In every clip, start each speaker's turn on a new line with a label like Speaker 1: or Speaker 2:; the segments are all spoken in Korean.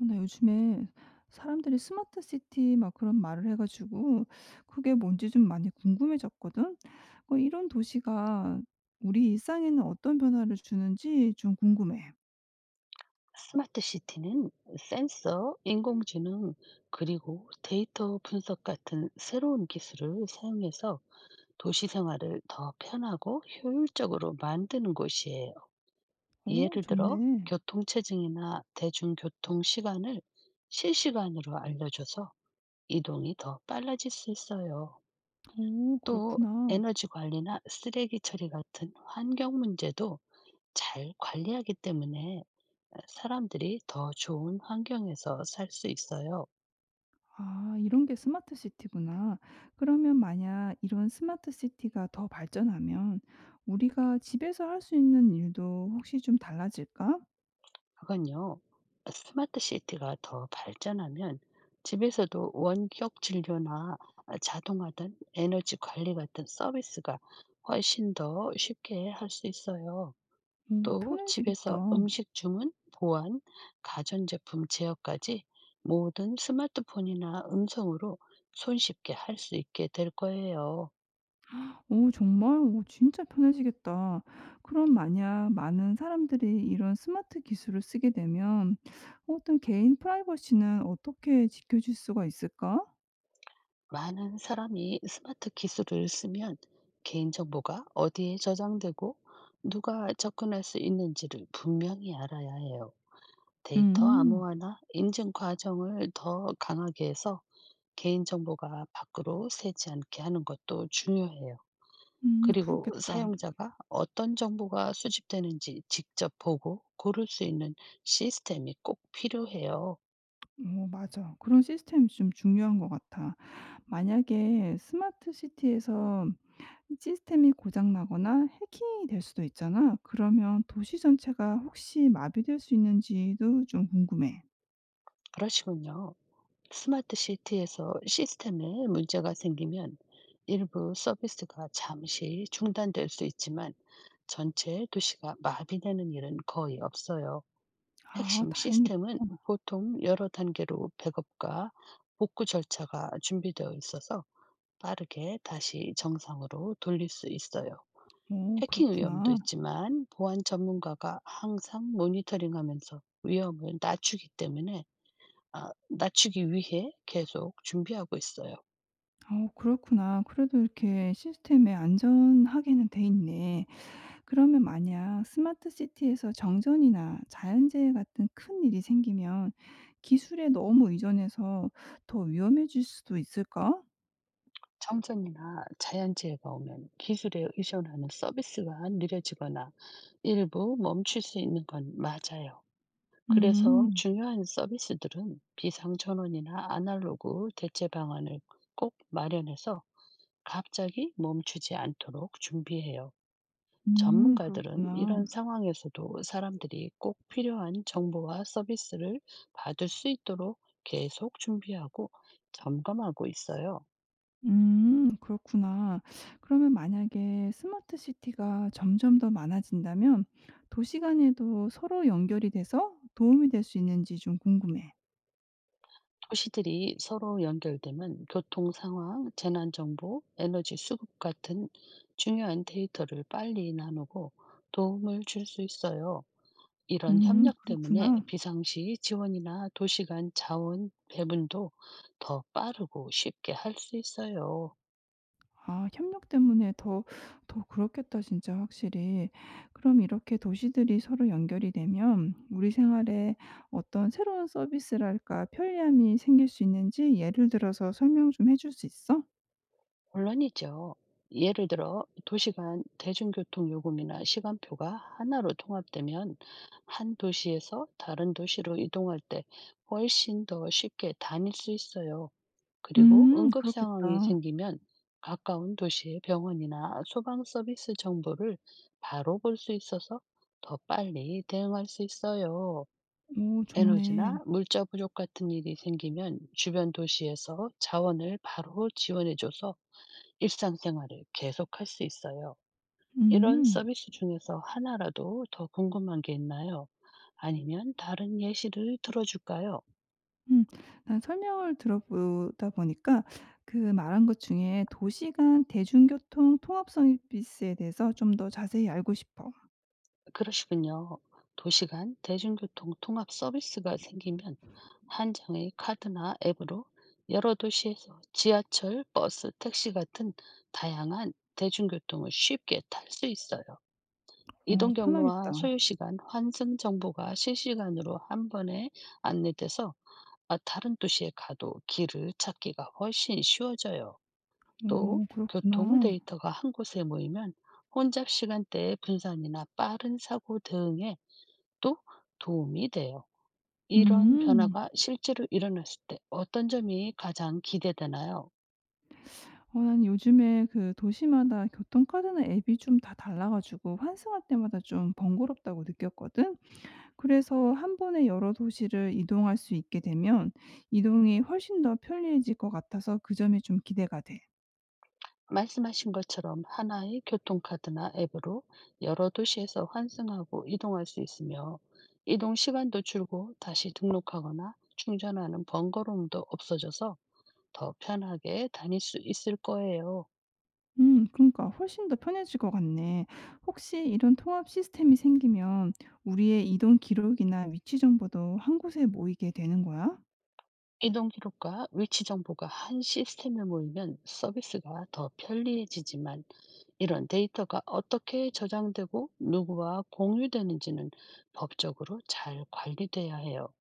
Speaker 1: 어 나 요즘에 사람들이 스마트 시티 막 그런 말을 해 가지고 그게 뭔지 좀 많이 궁금해졌거든. 어 이런 도시가 우리 일상에는 어떤 변화를 주는지 좀 궁금해.
Speaker 2: 스마트 시티는 센서, 인공지능, 그리고 데이터 분석 같은 새로운 기술을 사용해서 도시 생활을 더 편하고 효율적으로 만드는 곳이에요.
Speaker 1: 어
Speaker 2: 예를 들어,
Speaker 1: 좋네.
Speaker 2: 교통체증이나 대중교통 시간을 실시간으로 알려줘서 이동이 더 빨라질 수 있어요.
Speaker 1: 오
Speaker 2: 또,
Speaker 1: 그렇구나.
Speaker 2: 에너지 관리나 쓰레기 처리 같은 환경 문제도 잘 관리하기 때문에 사람들이 더 좋은 환경에서 살 수 있어요.
Speaker 1: 아 이런 게 스마트 시티구나. 그러면 만약 이런 스마트 시티가 더 발전하면 우리가 집에서 할 수 있는 일도 혹시 좀 달라질까?
Speaker 2: 그건요, 스마트 시티가 더 발전하면 집에서도 원격 진료나 자동화 된 에너지 관리 같은 서비스가 훨씬 더 쉽게 할 수 있어요.
Speaker 1: 오,
Speaker 2: 또
Speaker 1: 편해지겠다.
Speaker 2: 집에서 음식 주문, 보안, 가전제품 제어까지 모든 스마트폰이나 음성으로 손쉽게 할 수 있게 될 거예요.
Speaker 1: 오 정말? 오 진짜 편해지겠다. 그럼 만약 많은 사람들이 이런 스마트 기술을 쓰게 되면 어떤 개인 프라이버시는 어떻게 지켜질 수가 있을까?
Speaker 2: 많은 사람이 스마트 기술을 쓰면 개인 정보가 어디에 저장되고 누가 접근할 수 있는지를 분명히 알아야 해요. 데이터
Speaker 1: 음.
Speaker 2: 암호화나 인증 과정을 더 강하게 해서 개인 정보가 밖으로 새지 않게 하는 것도 중요해요. 그리고
Speaker 1: 그렇겠다.
Speaker 2: 사용자가 어떤 정보가 수집되는지 직접 보고 고를 수 있는 시스템이 꼭 필요해요.
Speaker 1: 오 맞아. 그런 시스템이 좀 중요한 것 같아. 만약에 스마트 시티에서 시스템이 고장 나거나 해킹이 될 수도 있잖아. 그러면 도시 전체가 혹시 마비될 수 있는지도 좀 궁금해.
Speaker 2: 그러시군요. 스마트 시티에서 시스템에 문제가 생기면 일부 서비스가 잠시 중단될 수 있지만 전체 도시가 마비되는 일은 거의 없어요.
Speaker 1: 아
Speaker 2: 핵심
Speaker 1: 다행이다.
Speaker 2: 시스템은 보통 여러 단계로 백업과 복구 절차가 준비되어 있어서 빠르게 다시 정상으로 돌릴 수 있어요.
Speaker 1: 오
Speaker 2: 해킹 위험도
Speaker 1: 그렇구나.
Speaker 2: 있지만 보안 전문가가 항상 모니터링하면서 위험을 낮추기 때문에 아 낮추기 위해 계속 준비하고 있어요.
Speaker 1: 어 그렇구나. 그래도 이렇게 시스템에 안전하게는 돼 있네. 그러면 만약 스마트 시티에서 정전이나 자연재해 같은 큰일이 생기면 기술에 너무 의존해서 더 위험해질 수도 있을까?
Speaker 2: 정전이나 자연재해가 오면 기술에 의존하는 서비스가 느려지거나 일부 멈출 수 있는 건 맞아요. 그래서
Speaker 1: 음.
Speaker 2: 중요한 서비스들은 비상전원이나 아날로그 대체 방안을 꼭 마련해서 갑자기 멈추지 않도록 준비해요. 전문가들은
Speaker 1: 그렇구나.
Speaker 2: 이런 상황에서도 사람들이 꼭 필요한 정보와 서비스를 받을 수 있도록 계속 준비하고 점검하고 있어요.
Speaker 1: 그렇구나. 그러면 만약에 스마트 시티가 점점 더 많아진다면 도시 간에도 서로 연결이 돼서 도움이 될 수 있는지 좀 궁금해.
Speaker 2: 도시들이 서로 연결되면 교통 상황, 재난 정보, 에너지 수급 같은 중요한 데이터를 빨리 나누고 도움을 줄 수 있어요. 이런 협력 때문에
Speaker 1: 그렇구나.
Speaker 2: 비상시 지원이나 도시 간 자원 배분도 더 빠르고 쉽게 할 수 있어요.
Speaker 1: 아 협력 때문에 더 그렇겠다 진짜 확실히. 그럼 이렇게 도시들이 서로 연결이 되면 우리 생활에 어떤 새로운 서비스랄까 편리함이 생길 수 있는지 예를 들어서 설명 좀 해줄 수 있어?
Speaker 2: 물론이죠. 예를 들어 도시간 대중교통 요금이나 시간표가 하나로 통합되면 한 도시에서 다른 도시로 이동할 때 훨씬 더 쉽게 다닐 수 있어요. 그리고 응급 상황이
Speaker 1: 그렇겠다.
Speaker 2: 생기면 가까운 도시의 병원이나 소방 서비스 정보를 바로 볼 수 있어서 더 빨리 대응할 수 있어요.
Speaker 1: 오 좋네.
Speaker 2: 에너지나 물자 부족 같은 일이 생기면 주변 도시에서 자원을 바로 지원해줘서 일상생활을 계속할 수 있어요. 이런
Speaker 1: 음.
Speaker 2: 서비스 중에서 하나라도 더 궁금한 게 있나요? 아니면 다른 예시를 들어줄까요?
Speaker 1: 음. 난 설명을 들어보다 보니까 그 말한 것 중에 도시 간 대중교통 통합 서비스에 대해서 좀 더 자세히 알고 싶어.
Speaker 2: 그러시군요. 도시간 대중교통 통합 서비스가 생기면 한 장의 카드나 앱으로 여러 도시에서 지하철, 버스, 택시 같은 다양한 대중교통을 쉽게 탈 수 있어요.
Speaker 1: 어
Speaker 2: 이동 경로와
Speaker 1: 편하겠다.
Speaker 2: 소요 시간, 환승 정보가 실시간으로 한 번에 안내돼서 다른 도시에 가도 길을 찾기가 훨씬 쉬워져요. 또
Speaker 1: 어
Speaker 2: 교통
Speaker 1: 그렇구나.
Speaker 2: 데이터가 한 곳에 모이면 혼잡 시간대의 분산이나 빠른 사고 대응에 또 도움이 돼요. 이런
Speaker 1: 음.
Speaker 2: 변화가 실제로 일어났을 때 어떤 점이 가장 기대되나요?
Speaker 1: 어 난 요즘에 그 도시마다 교통카드나 앱이 좀 다 달라 가지고 환승할 때마다 좀 번거롭다고 느꼈거든. 그래서 한 번에 여러 도시를 이동할 수 있게 되면 이동이 훨씬 더 편리해질 것 같아서 그 점이 좀 기대가 돼.
Speaker 2: 말씀하신 것처럼 하나의 교통카드나 앱으로 여러 도시에서 환승하고 이동할 수 있으며 이동 시간도 줄고 다시 등록하거나 충전하는 번거로움도 없어져서 더 편하게 다닐 수 있을 거예요.
Speaker 1: 그러니까 훨씬 더 편해질 것 같네. 혹시 이런 통합 시스템이 생기면 우리의 이동 기록이나 위치 정보도 한 곳에 모이게 되는 거야?
Speaker 2: 이동 기록과 위치 정보가 한 시스템에 모이면 서비스가 더 편리해지지만 이런 데이터가 어떻게 저장되고 누구와 공유되는지는 법적으로 잘 관리돼야 해요.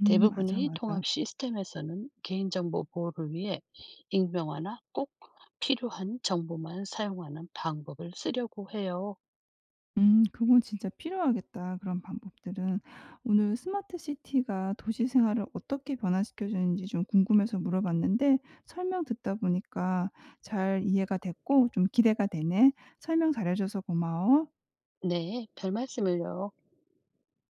Speaker 1: 맞아,
Speaker 2: 대부분의
Speaker 1: 맞아.
Speaker 2: 통합 시스템에서는 개인정보 보호를 위해 익명화나 꼭 필요한 정보만 사용하는 방법을 쓰려고 해요.
Speaker 1: 그건 진짜 필요하겠다 그런 방법들은. 오늘 스마트 시티가 도시 생활을 어떻게 변화시켜 주는지 좀 궁금해서 물어봤는데 설명 듣다 보니까 잘 이해가 됐고 좀 기대가 되네. 설명 잘해 줘서 고마워.
Speaker 2: 네, 별 말씀을요.